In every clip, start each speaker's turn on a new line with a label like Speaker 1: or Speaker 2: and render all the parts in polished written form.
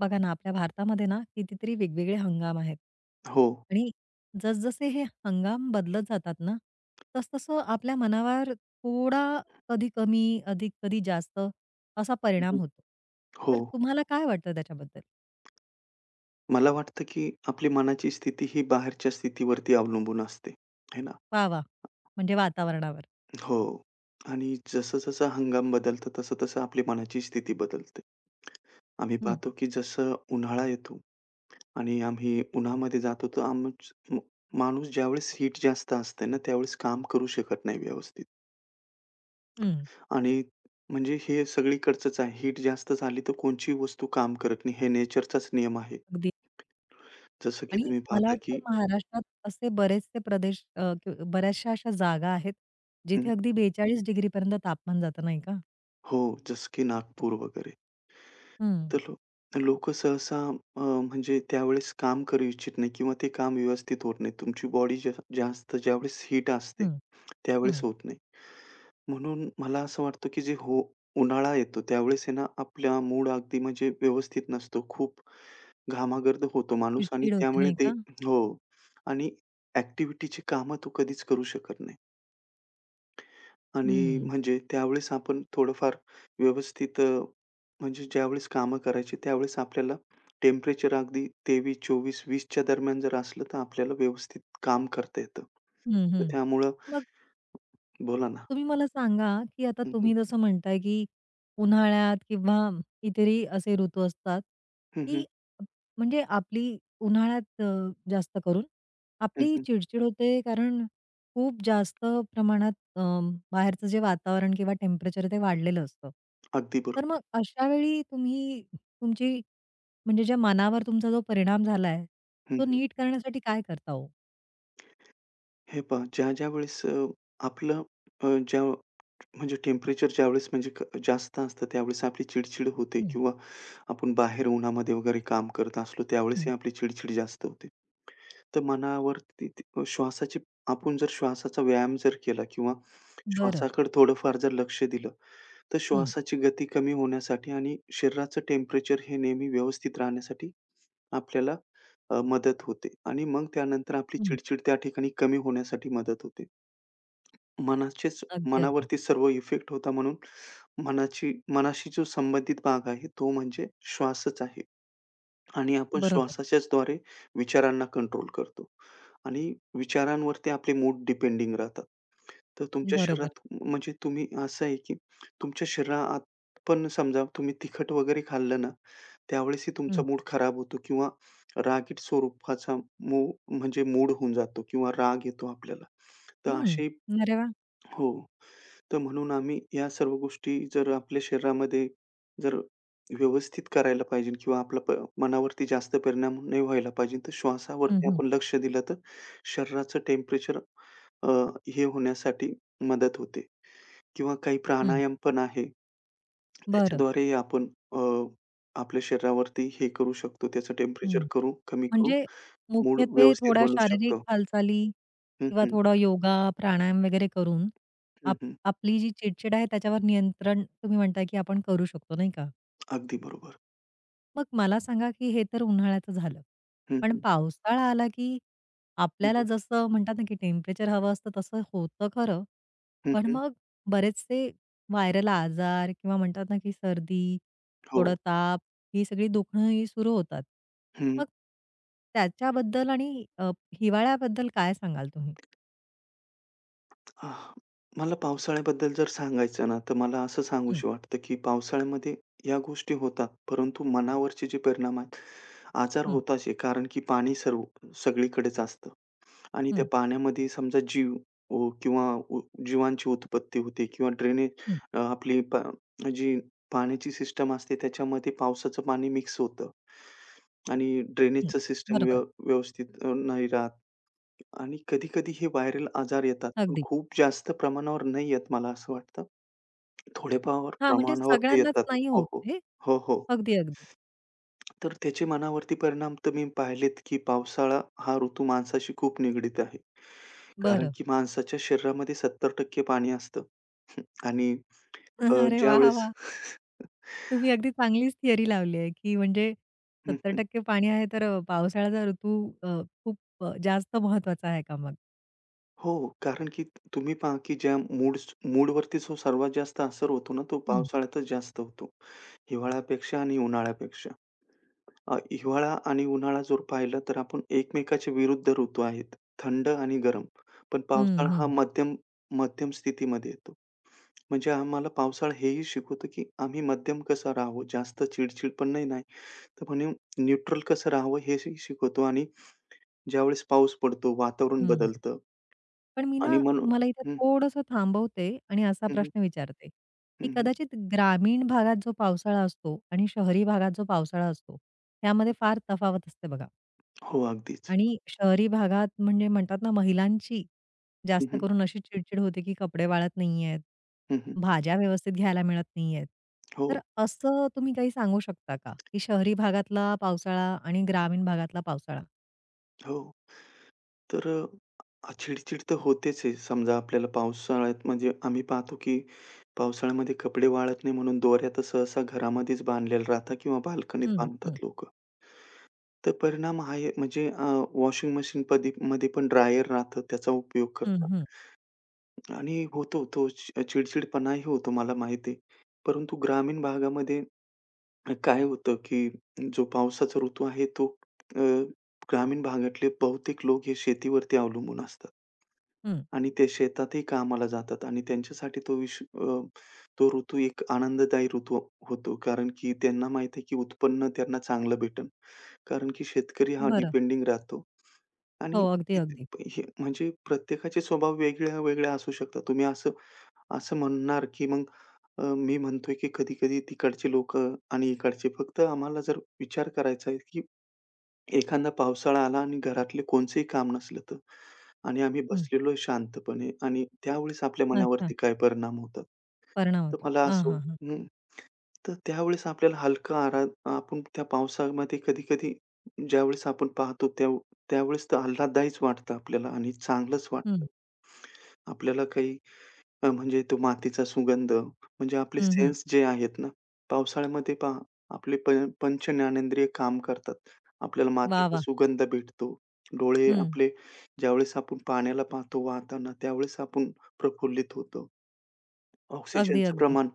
Speaker 1: बघा ना, आपल्या भारतामध्ये ना कितीतरी वेगवेगळे हंगाम आहेत.
Speaker 2: हो.
Speaker 1: आणि जसजसे हे हंगाम बदलत जातात ना, तसतसं आपल्या मनावर थोडा कधी कमी, अधिक कधी जास्त असा
Speaker 2: हं,
Speaker 1: परिणाम
Speaker 2: हं.
Speaker 1: होतो.
Speaker 2: हो.
Speaker 1: तर तुम्हाला काय वाटतं त्याच्याबद्दल?
Speaker 2: मला वाटतं, की आपली मनाची स्थिती ही बाहेरच्या स्थितीवरती अवलंबून असते, है ना?
Speaker 1: वाह, वाह! म्हणजे वातावरणावर.
Speaker 2: हो. आणि जसं-जसं हंगाम बदलतं, तसं-तसं आपली मनाची स्थिती बदलते. आम्ही
Speaker 1: हं,
Speaker 2: पाहतो, की जसं उन्हाळा येतो आणि आम्ही उन्हामध्ये जातो, तर आमच म माणूस ज्यावेळेस हीट जास्त असते ना, त्यावेळेस काम करू शकत नाही व्यवस्थित.
Speaker 1: हं.
Speaker 2: आणि म्हणजे हे सगळीकडचंच आहे. हीट जास्त झाली, तर कोणचीही वस्तू काम करत नाही. हे नेचरचाच नियम आहे.
Speaker 1: अगदी.
Speaker 2: जसं की
Speaker 1: आणि
Speaker 2: तुम्ही
Speaker 1: मला
Speaker 2: पाहता,
Speaker 1: वाटतं
Speaker 2: की
Speaker 1: महाराष्ट्रात असे बरेचसे प्रदेश अ, क बऱ्याचशा अशा जागा आहेत,
Speaker 2: हं.
Speaker 1: जिथे अगदी 42 डिग्रीपर्यंत तापमान जातं, नाही का?
Speaker 2: हो, जसं की नागपूर वगैरे.
Speaker 1: हं,
Speaker 2: तर लोकं सहसा म्हणजे त्यावेळेस काम करू इच्छित नाही किंवा ते काम व्यवस्थित होत नाही. तुमची बॉडी जास्त ज्यावेळेस हीट असते,
Speaker 1: हं,
Speaker 2: त्यावेळेस
Speaker 1: हं.
Speaker 2: होत नाही. म्हणून मला असं वाटतं की जे हो उन्हाळा येतो त्यावेळेस आहे ना, आपला मूड अगदी म्हणजे व्यवस्थित नसतो. खूप घामागर्द होतो माणूस आणि
Speaker 1: चिडचिड होते,
Speaker 2: त्यामुळे
Speaker 1: नाही
Speaker 2: ते
Speaker 1: का?
Speaker 2: हो. आणि ॲक्टिव्हिटीची कामं तो कधीच करू शकत नाही. आणि
Speaker 1: हं.
Speaker 2: म्हणजे त्यावेळेस आपण थोडंफार व्यवस्थित म्हणजे ज्यावेळेस कामं करायची त्यावेळेस आपल्याला टेम्परेचर अगदी 23, 24, 20 च्या दरम्यान जर असलं तर आपल्याला व्यवस्थित काम करता येतं.
Speaker 1: हं,
Speaker 2: तर
Speaker 1: हं.
Speaker 2: त्यामुळं
Speaker 1: मग
Speaker 2: बोला ना.
Speaker 1: तुम्ही मला सांगा, की आता
Speaker 2: हं, हं.
Speaker 1: तुम्ही जसं म्हणताय, की उन्हाळ्यात किंवा इतरही असे ऋतू असतात,
Speaker 2: हं, हं.
Speaker 1: की म्हणजे आपली उन्हाळ्यात जास्त करून
Speaker 2: हं,
Speaker 1: आपली
Speaker 2: हं.
Speaker 1: चिडचिड होते कारण खूप जास्त प्रमाणात बाहेरचं जे वातावरण किंवा टेम्परेचर ते वाढलेलं असतं.
Speaker 2: अगदी
Speaker 1: तर
Speaker 2: बरोबर.
Speaker 1: मग अशा वेळी तुम्ही तुमची म्हणजे ज्या मनावर तुमचा जो परिणाम झालाय,
Speaker 2: हं,
Speaker 1: तो
Speaker 2: हं.
Speaker 1: नीट करण्यासाठी काय करता हो?
Speaker 2: हे पहा ज्या-ज्या वेळेस आपलं अ, ज्या म्हणजे टेम्परेचर ज्यावेळेस म्हणजे क जास्त असतं त्यावेळेस आपली चिडचिड होते
Speaker 1: हं,
Speaker 2: किंवा आपण बाहेर उन्हामध्ये वगैरे काम करत असलो
Speaker 1: हं.
Speaker 2: त्यावेळेसही आपली चिडचिड जास्त होते. तर मनावरती ती श्वासाची आपण जर श्वासाचा व्यायाम जर केला किंवा
Speaker 1: बरं.
Speaker 2: श्वासाकडे थोडंफार जर लक्ष दिलं, तर
Speaker 1: हं.
Speaker 2: श्वासाची गती कमी होण्यासाठी आणि शरीराचं टेम्परेचर हे नेहमी व्यवस्थित राहण्यासाठी आपल्याला मदत होते आणि मग त्यानंतर आपली
Speaker 1: हं.
Speaker 2: चिडचिड त्या ठिकाणी कमी होण्यासाठी मदत होते. मनाचेच
Speaker 1: अगदी, अगदी.
Speaker 2: मनावरती सर्व इफेक्ट होता म्हणून मनाची मनाशी जो संबंधित भाग आहे तो म्हणजे श्वासच आहे. आणि आपण
Speaker 1: बरोबर,
Speaker 2: श्वासाच्याच द्वारे विचारांना कंट्रोल करतो. आणि विचारांवरती आपले मूड डिपेंडिंग राहतात. तर तुमच्या
Speaker 1: बरोबर.
Speaker 2: शरीरात म्हणजे तुम्ही असं आहे, की तुमच्या शरीरात पण समजा तुम्ही तिखट वगैरे खाल्लं ना, त्यावेळेसही तुमचा
Speaker 1: हं,
Speaker 2: मूड खराब होतो किंवा रागीट स्वरूपाचा मू म्हणजे मूड होऊन जातो किंवा राग येतो आपल्याला. तर असे
Speaker 1: हं. अरे वाह!
Speaker 2: हो. तर म्हणून आम्ही या सर्व गोष्टी जर आपल्या शरीरामध्ये जर व्यवस्थित करायला पाहिजे किंवा आपल्या मनावरती जास्त परिणाम नाही व्हायला पाहिजे. तर
Speaker 1: हं,
Speaker 2: श्वासावरती
Speaker 1: हं,
Speaker 2: आपण लक्ष दिलं तर शरीराचं टेम्परेचर अ, हे होण्यासाठी मदत होते किंवा काही
Speaker 1: हं.
Speaker 2: प्राणायाम पण आहे.
Speaker 1: बरं.
Speaker 2: त्याच्याद्वारे आपण आपल्या शरीरावरती हे करू शकतो, त्याचं
Speaker 1: हं.
Speaker 2: टेम्परेचर करू कमी करू,
Speaker 1: म्हणजे
Speaker 2: मूड
Speaker 1: मुख्यत्वे
Speaker 2: व्यवस्थित
Speaker 1: थोड्या
Speaker 2: बनवू
Speaker 1: शारीरिक
Speaker 2: शकतो.
Speaker 1: हालचाली
Speaker 2: हं,
Speaker 1: किंवा
Speaker 2: हं.
Speaker 1: थोडा योगा, प्राणायाम वगैरे करून
Speaker 2: हं,
Speaker 1: आप
Speaker 2: हं.
Speaker 1: आपली जी चिडचिड आहे त्याच्यावर नियंत्रण तुम्ही म्हणताय की आपण करू शकतो, नाही का?
Speaker 2: अगदी बरोबर.
Speaker 1: मग मला सांगा, की हे तर उन्हाळ्याचं झालं.
Speaker 2: हं,
Speaker 1: पण
Speaker 2: हं.
Speaker 1: पावसाळा आला, की
Speaker 2: हं,
Speaker 1: आपल्याला
Speaker 2: हं.
Speaker 1: जसं म्हणतात ना, की टेम्परेचर हवं असतं तसं होतं खरं. पण
Speaker 2: हं,
Speaker 1: मग बरेचसे व्हायरल आजार किंवा म्हणतात ना, की सर्दी,
Speaker 2: हो.
Speaker 1: थोडं ताप, ही सगळी दुखणं ही सुरू होतात.
Speaker 2: हं.
Speaker 1: मग त्याच्याबद्दल आणि हिवाळ्याबद्दल काय सांगाल तुम्ही?
Speaker 2: आह, मला पावसाळ्याबद्दल जर सांगायचं ना, तर मला असं
Speaker 1: हं,
Speaker 2: सांगूशी वाटतं, की पावसाळ्यामध्ये या गोष्टी होतात, परंतु मनावरचे जे परिणाम आहेत, आजार
Speaker 1: हं,
Speaker 2: होताच आहे. कारण की पाणी सर्व सगळीकडेच असतं आणि त्या
Speaker 1: हं,
Speaker 2: पाण्यामध्ये समजा जीव ओ किंवा उ जीवांची उत्पत्ती होते किंवा ड्रेनेज
Speaker 1: हं,
Speaker 2: अ, आपली पा जी पाण्याची सिस्टम असते, त्याच्यामध्ये पावसाचं पाणी मिक्स होतं आणि
Speaker 1: हं.
Speaker 2: ड्रेनेजचं सिस्टम
Speaker 1: बरोबर.
Speaker 2: व्यवस्थित नाही राहत. आणि कधी-कधी हे व्हायरल आजार येतात, पण
Speaker 1: अगदी.
Speaker 2: खूप जास्त प्रमाणावर नाही येत मला असं वाटतं. थोड्याफार
Speaker 1: हां, म्हणजे
Speaker 2: प्रमाणावर ते
Speaker 1: सगळ्यांनाच
Speaker 2: येतात.
Speaker 1: नाही
Speaker 2: हो,
Speaker 1: होत
Speaker 2: हो.
Speaker 1: ते.
Speaker 2: हो, हो.
Speaker 1: अगदी, अगदी.
Speaker 2: तर त्याचे मनावरती परिणाम तर मी पाहिलेत, की पावसाळा हा ऋतू माणसाशी खूप निगडीत आहे. कारण
Speaker 1: बरं.
Speaker 2: की माणसाच्या शरीरामध्ये 70% पाणी असतं आणि
Speaker 1: अरे वाह!
Speaker 2: ज्यावेळेस
Speaker 1: वाह! तुम्ही अगदी चांगलीच थिअरी लावली आहे, की म्हणजे
Speaker 2: हं, हं.
Speaker 1: 70% पाणी आहे, तर पावसाळ्याचा ऋतू खूप जास्त महत्वाचा आहे का मग?
Speaker 2: हो, कारण की तुम्ही पहा, की ज्या मूड्स मूडवरती जो सर्वात जास्त असर होतो ना, तो
Speaker 1: हं.
Speaker 2: पावसाळ्यातच जास्त होतो. हिवाळ्यापेक्षा आणि उन्हाळ्यापेक्षा. हिवाळा आणि उन्हाळा जर पाहिलं तर आपण एकमेकाच्या विरुद्ध ऋतू आहेत. थंड आणि गरम. पण पावसाळा
Speaker 1: हं,
Speaker 2: हा
Speaker 1: हं.
Speaker 2: मध्यम मध्यम स्थितीमध्ये येतो. म्हणजे आम्हाला पावसाळा हेही शिकवतो, की आम्ही मध्यम कसं राहावं, जास्त चिडचिड पण नाही, नाही. तर म्हणून न्यूट्रल कसं राहावं हे शिकवतो आणि ज्यावेळेस पाऊस पडतो, वातावरण
Speaker 1: हं.
Speaker 2: बदलतं
Speaker 1: पण मी
Speaker 2: आणि
Speaker 1: ना
Speaker 2: म्हणून
Speaker 1: तुम्हाला इथे
Speaker 2: हं,
Speaker 1: थोडंसं थांबवते आणि असा
Speaker 2: हं, हं,
Speaker 1: प्रश्न विचारते, की
Speaker 2: हं, हं.
Speaker 1: कदाचित ग्रामीण भागात जो पावसाळा असतो आणि शहरी भागात जो पावसाळा असतो, त्यामध्ये फार तफावत असते बघा.
Speaker 2: हो, अगदीच.
Speaker 1: आणि शहरी भागात म्हणजे म्हणतात ना, महिलांची
Speaker 2: हं,
Speaker 1: जास्त
Speaker 2: हं,
Speaker 1: करून अशी चिडचिड होते, की कपडे वाळत नाहीयेत,
Speaker 2: हं, हं.
Speaker 1: भाज्या व्यवस्थित घ्यायला मिळत नाहीयेत.
Speaker 2: हो,
Speaker 1: तर असं तुम्ही काही सांगू शकता का, की शहरी भागातला पावसाळा आणि ग्रामीण भागातला पावसाळा?
Speaker 2: हो. तर चिड-चिड तर होतेच आहे. समजा आपल्याला पावसाळ्यात म्हणजे आम्ही पाहतो, की पावसाळ्यामध्ये कपडे वाळत नाही म्हणून दोऱ्या तर सहसा घरामध्येच बांधलेल्या राहतात किंवा बाल्कनीत
Speaker 1: हं, हं,
Speaker 2: बांधतात लोकं. तर परिणाम हा आहे म्हणजे वॉशिंग मशीन पदी मध्ये पण ड्रायर राहतं, त्याचा उपयोग
Speaker 1: हं,
Speaker 2: करतात.
Speaker 1: हं,
Speaker 2: आणि होतो तो चिडचिडपणाही होतो मला माहिती आहे. परंतु ग्रामीण भागामध्ये काय होतं, की जो पावसाचा ऋतू आहे तो अ, ग्रामीण भागातले बहुतेक लोक हे शेतीवरती अवलंबून असतात.
Speaker 1: हं.
Speaker 2: आणि ते शेतातही कामाला जातात आणि त्यांच्यासाठी तो ऋतू एक आनंददायी ऋतू होतो. कारण की त्यांना माहीत आहे की उत्पन्न त्यांना चांगलं भेटेल. कारण की शेतकरी हा
Speaker 1: बरं.
Speaker 2: डिपेंडिंग राहतो आणि
Speaker 1: हो, अगदी, अगदी.
Speaker 2: हे म्हणजे प्रत्येकाचे स्वभाव वेगळ्या-वेगळ्या असू शकतात. तुम्ही असं असं म्हणणार की मग मी म्हणतोय की कधी-कधी तिकडचे लोकं आणि इकडचे फक्त आम्हाला जर विचार करायचा आहे की एखादा पावसाळा आला आणि घरातले कोणचंही काम नसलं तर आणि आम्ही
Speaker 1: हं.
Speaker 2: बसलेलो आहे शांतपणे आणि त्यावेळेस आपल्या
Speaker 1: अच्छा.
Speaker 2: मनावरती काय परिणाम होतात.
Speaker 1: परिणाम
Speaker 2: तर
Speaker 1: होतो.
Speaker 2: मला
Speaker 1: हां,
Speaker 2: असं
Speaker 1: हां, हां.
Speaker 2: हं, तर त्यावेळेस आपल्याला हलका आरा आपण त्या पावसामध्ये कधी-कधी ज्यावेळेस आपण पाहतो त्या त्यावेळेस तर आल्हाददायीच वाटतं आपल्याला आणि चांगलंच वाटतं.
Speaker 1: हं,
Speaker 2: आपल्याला काही म्हणजे तो मातीचा सुगंध, म्हणजे आपले
Speaker 1: हं, हं.
Speaker 2: सेन्स जे आहेत ना, पावसाळ्यामध्ये पहा आपले पंच ज्ञानेंद्रिय काम करतात. आपल्याला
Speaker 1: वाह,
Speaker 2: मातीचा
Speaker 1: वाह!
Speaker 2: सुगंध भेटतो. डोळे
Speaker 1: हं.
Speaker 2: आपले ज्यावेळेस आपण पाण्याला पाहतो वाहताना, त्यावेळेस आपण प्रफुल्लित होतो.
Speaker 1: अगदी,
Speaker 2: ऑक्सिजनचं
Speaker 1: अगदी.
Speaker 2: प्रमाण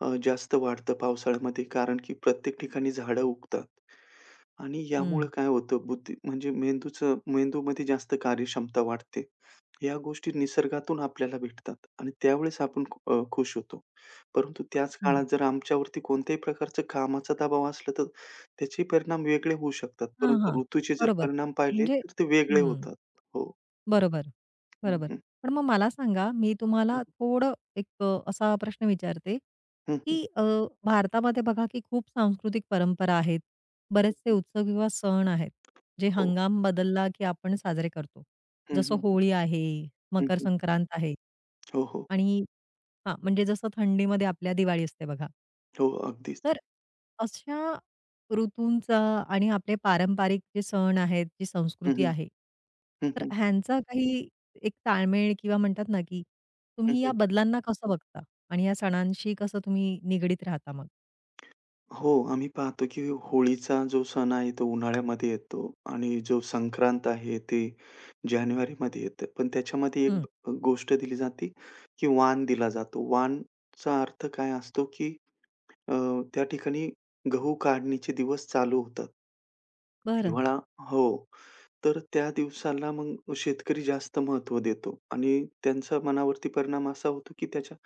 Speaker 2: जास्त वाढतं पावसाळ्यामध्ये कारण की प्रत्येक ठिकाणी झाडं उगतात. आणि यामुळं
Speaker 1: हं,
Speaker 2: काय होतं बुद्धी म्हणजे मेंदूमध्ये जास्त कार्यक्षमता वाढते. या गोष्टी निसर्गातून आपल्याला भेटतात आणि त्यावेळेस आपण खुश होतो. परंतु त्याच
Speaker 1: हं.
Speaker 2: काळात जर आमच्यावरती कोणत्याही प्रकारचा कामाचा दबाव असला, तर त्याचे परिणाम वेगळे होऊ शकतात.
Speaker 1: हां, हां.
Speaker 2: परंतु ऋतूचे जर
Speaker 1: बरोबर.
Speaker 2: परिणाम पाहिले,
Speaker 1: म्हणजे
Speaker 2: तर ते वेगळे
Speaker 1: हं.
Speaker 2: होतात. हो.
Speaker 1: बरोबर.
Speaker 2: हं,
Speaker 1: बरोबर.
Speaker 2: हं.
Speaker 1: पण मग मला सांगा, मी
Speaker 2: हं,
Speaker 1: तुम्हाला थोडं एक असा प्रश्न विचारते,
Speaker 2: हं, हं,
Speaker 1: की भारतामध्ये बघा की खूप सांस्कृतिक परंपरा आहेत. बरेचसे उत्सव किंवा सण आहेत, जे
Speaker 2: हो.
Speaker 1: हंगाम बदलला की आपण साजरे करतो.
Speaker 2: हं,
Speaker 1: जसं
Speaker 2: हं, हं.
Speaker 1: होळी आहे,
Speaker 2: हं,
Speaker 1: मकर संक्रांत आहे.
Speaker 2: हो, हो.
Speaker 1: आणि हां, म्हणजे जसं थंडीमध्ये आपल्या दिवाळी असते बघा.
Speaker 2: हो, अगदीच.
Speaker 1: तर अशा ऋतूंचा आणि आपले पारंपरिक जे सण आहेत, जी
Speaker 2: हं,
Speaker 1: संस्कृती
Speaker 2: हं.
Speaker 1: आहे,
Speaker 2: हं,
Speaker 1: तर
Speaker 2: हं.
Speaker 1: ह्यांचा काही एक ताळमेळ किंवा म्हणतात ना, की तुम्ही या
Speaker 2: हं,
Speaker 1: बदलांना कसं बघता? आणि या सणांशी कसं तुम्ही निगडीत राहता मग?
Speaker 2: हो, आम्ही पाहतो की होळीचा जो सण आहे तो उन्हाळ्यामध्ये येतो आणि जो संक्रांत आहे ते जानेवारीमध्ये येतं. पण त्याच्यामध्ये
Speaker 1: हं.
Speaker 2: एक गोष्ट दिली जाते की वाण दिला जातो. वाणचा अर्थ काय असतो की अ, त्या ठिकाणी गहू काढणीचे दिवस चालू होतात.
Speaker 1: बरं.
Speaker 2: हिवाळा हो. तर त्या दिवसाला मग शेतकरी जास्त महत्त्व देतो आणि त्यांचा मनावरती परिणाम असा होतो, की त्याच्या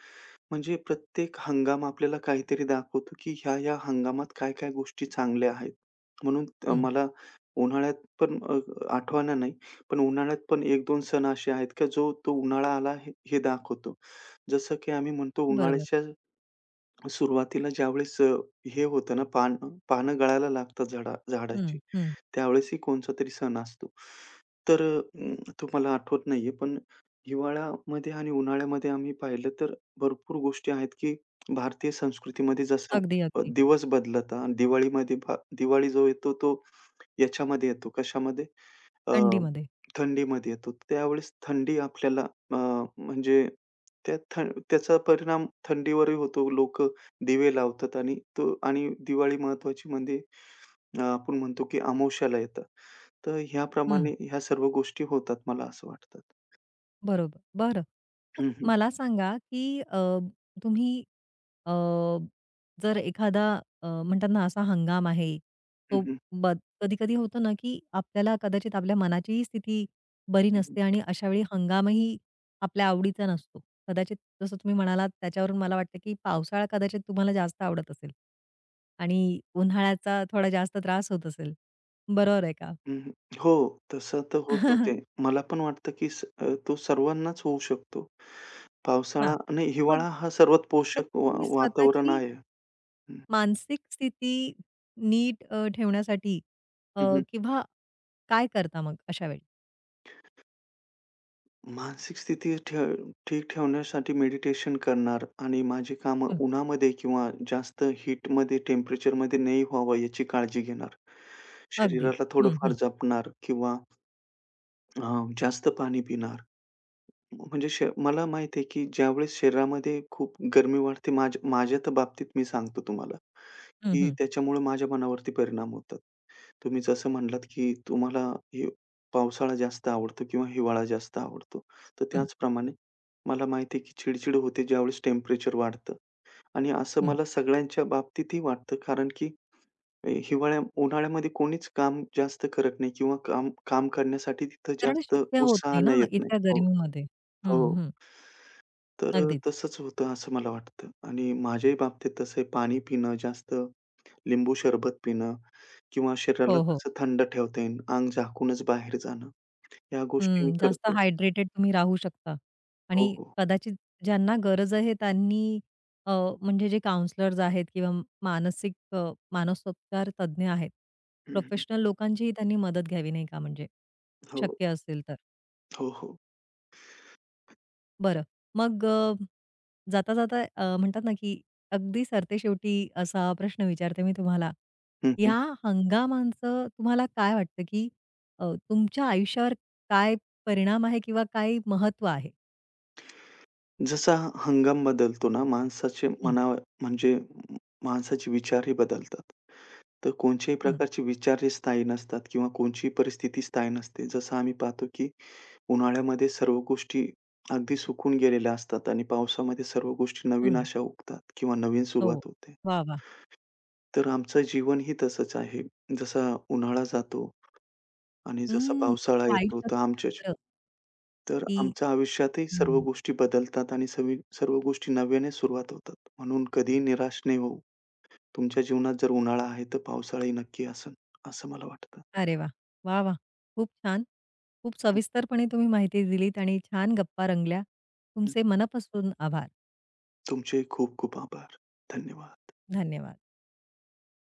Speaker 2: म्हणजे प्रत्येक हंगाम आपल्याला काहीतरी दाखवतो, की ह्या-ह्या हंगामात काय-काय गोष्टी चांगल्या आहेत. म्हणून
Speaker 1: हं.
Speaker 2: मला उन्हाळ्यात पण आठवना नाही, पण उन्हाळ्यात पण 1-2 सण असे आहेत, का जो तो उन्हाळा आला हे हे दाखवतो. जसं की आम्ही म्हणतो
Speaker 1: बरोबर.
Speaker 2: उन्हाळ्याच्या सुरुवातीला ज्यावेळेस हे होतं ना, पानं गळायला लागतात झाडाची,
Speaker 1: हं, हं.
Speaker 2: त्यावेळेसही कोणचा तरी सण असतो. तर अं, तुम्हाला आठवत नाहीये, पण हिवाळ्यामध्ये आणि उन्हाळ्यामध्ये आम्ही पाहिलं तर भरपूर गोष्टी आहेत, की भारतीय संस्कृतीमध्ये जसं
Speaker 1: अगदी, अगदी.
Speaker 2: दिवस बदलता. दिवाळीमध्ये दिवाळी जो येतो, तो याच्यामध्ये येतो, कशामध्ये? अ,
Speaker 1: थंडीमध्ये.
Speaker 2: थंडीमध्ये येतो. त्यावेळेस थंडी आपल्याला अ, म्हणजे त्या थ त्याचा परिणाम थंडीवरही होतो. लोकं दिवे लावतात आणि तो आणि दिवाळी महत्त्वाची म्हणजे आपण म्हणतो की अमावास्याला येतात. तर
Speaker 1: हं.
Speaker 2: ह्याप्रमाणे ह्या सर्व गोष्टी होतात मला असं वाटतं.
Speaker 1: बरोबर. बरं. मग
Speaker 2: हं, हं.
Speaker 1: मला सांगा, की तुम्ही अ, जर एखादा म्हणतात ना असा हंगाम आहे,
Speaker 2: हं,
Speaker 1: तो
Speaker 2: हं.
Speaker 1: कधी-कधी होतं ना, की आपल्याला कदाचित आपल्या मनाचीही स्थिती बरी
Speaker 2: हं, हं.
Speaker 1: नसते आणि अशावेळी हंगामही आपल्या आवडीचा नसतो. कदाचित जसं तुम्ही म्हणालात त्याच्यावरून मला वाटतं, की पावसाळा कदाचित तुम्हाला जास्त आवडत असेल आणि उन्हाळ्याचा थोडा जास्त त्रास होत असेल. बरोबर आहे का?
Speaker 2: हं, हं. हो, तसं तर होतोच आहे. मला पण वाटतं की तो सर्वांनाच होऊ शकतो.
Speaker 1: हां.
Speaker 2: पावसाळा नाही
Speaker 1: मग
Speaker 2: हिवाळा हा सर्वात
Speaker 1: मग
Speaker 2: पोषक
Speaker 1: तुम्ही
Speaker 2: वातावरण
Speaker 1: स्वतःची
Speaker 2: आहे. हं.
Speaker 1: मानसिक स्थिती नीट ठेवण्यासाठी अ,
Speaker 2: हं, हं.
Speaker 1: किंवा काय करता मग अशा वेळी?
Speaker 2: मानसिक स्थिती ठीक ठेवण्यासाठी मेडिटेशन करणार आणि माझी कामं
Speaker 1: हं,
Speaker 2: उन्हामध्ये किंवा जास्त हीटमध्ये, टेम्परेचरमध्ये नाही व्हावं याची काळजी घेणार.
Speaker 1: अगदी.
Speaker 2: शरीराला
Speaker 1: हं,
Speaker 2: थोडंफार
Speaker 1: हं.
Speaker 2: जपणार किंवा अ, जास्त पाणी पिणार. म्हणजे मला माहीत आहे, की ज्यावेळेस शरीरामध्ये खूप गरमी वाढते माझ्या माझ्या तर बाबतीत मी सांगतो तुम्हाला,
Speaker 1: हं,
Speaker 2: की
Speaker 1: हं.
Speaker 2: त्याच्यामुळे माझ्या मनावरती परिणाम होतात. तुम्ही जसं म्हणलात, की तुम्हाला हे पावसाळा जास्त आवडतो किंवा हिवाळा जास्त आवडतो. तर
Speaker 1: हं,
Speaker 2: त्याचप्रमाणे मला माहिती आहे, की चिड होते ज्यावेळेस टेम्परेचर वाढतं आणि असं
Speaker 1: हं.
Speaker 2: मला सगळ्यांच्या बाबतीतही वाटतं. कारण की हिवाळ्या उन्हाळ्यामध्ये कोणीच काम जास्त करत नाही किंवा काम काम करण्यासाठी तिथं
Speaker 1: कारण
Speaker 2: जास्त
Speaker 1: शक्य होत नाही
Speaker 2: उत्साहानं
Speaker 1: ना
Speaker 2: येत नाही.
Speaker 1: इतक्या
Speaker 2: हो,
Speaker 1: गरमीमध्ये. हं,
Speaker 2: हो.
Speaker 1: हं.
Speaker 2: तर
Speaker 1: अगदीच.
Speaker 2: तसंच होतं असं मला वाटतं आणि माझ्याही बाबतीत तसं आहे. पाणी पिणं जास्त लिंबू सरबत पिणं किंवा शरीराला
Speaker 1: हो, हो.
Speaker 2: कसं थंड ठेवता येईल, अंग झाकूनच बाहेर जाणं, या गोष्टी मी
Speaker 1: हं. जास्त
Speaker 2: करतो.
Speaker 1: हायड्रेटेड तुम्ही राहू शकता
Speaker 2: हो,
Speaker 1: आणि
Speaker 2: हो.
Speaker 1: कदाचित ज्यांना गरज आहे त्यांनी अ, म्हणजे जे काउंसलर्स आहेत किंवा मानसिक मानसोपचार तज्ञ आहेत,
Speaker 2: हं, हं.
Speaker 1: प्रोफेशनल लोकांचीही त्यांनी मदत घ्यावी नाही का म्हणजे,
Speaker 2: हो,
Speaker 1: शक्य असेल तर?
Speaker 2: हो, हो.
Speaker 1: बरं. मग जाता-जाता म्हणतात ना, की अगदी सरतेशेवटी असा प्रश्न विचारते मी तुम्हाला.
Speaker 2: हं, हं.
Speaker 1: ह्या हंगामांचं तुम्हाला काय वाटतं, की तुमच्या आयुष्यावर काय परिणाम आहे किंवा काय महत्त्व आहे?
Speaker 2: जसा हंगाम बदलतो ना, माणसाचे
Speaker 1: हं,
Speaker 2: मना म्हणजे माणसाचे विचारही बदलतात. तर कोणत्याही
Speaker 1: हं.
Speaker 2: प्रकारचे विचार हे स्थायी नसतात किंवा कोणचीही परिस्थिती स्थायी नसते. जसं आम्ही पाहतो, की उन्हाळ्यामध्ये सर्व गोष्टी अगदी सुकून गेलेल्या असतात आणि पावसामध्ये सर्व गोष्टी नवीन
Speaker 1: हं.
Speaker 2: अशा उगतात किंवा नवीन
Speaker 1: हो.
Speaker 2: सुरुवात होते.
Speaker 1: वाह! वाह!
Speaker 2: तर आमचं जीवनही तसंच आहे. जसा उन्हाळा जातो आणि जसा
Speaker 1: हम्म.
Speaker 2: पावसाळा
Speaker 1: हे
Speaker 2: येतो तर
Speaker 1: आयुष्याचं
Speaker 2: आमच्याच
Speaker 1: चक्र,
Speaker 2: तर
Speaker 1: की
Speaker 2: आमच्या आयुष्यातही सर्व
Speaker 1: हं.
Speaker 2: गोष्टी बदलतात आणि सर्व गोष्टी नव्याने सुरुवात होतात. म्हणून कधीही निराश नाही होऊ. तुमच्या जीवनात जर उन्हाळा आहे तर पावसाळाही नक्की असेल, असं मला वाटतं.
Speaker 1: अरे वाह! वाह! वाह! खूप छान. खूप सविस्तरपणे तुम्ही माहिती दिलीत आणि छान गप्पा रंगल्या.
Speaker 2: हं.
Speaker 1: तुमचे मनःपासून आभार.
Speaker 2: तुमचे खूप खूप आभार. धन्यवाद.
Speaker 1: धन्यवाद.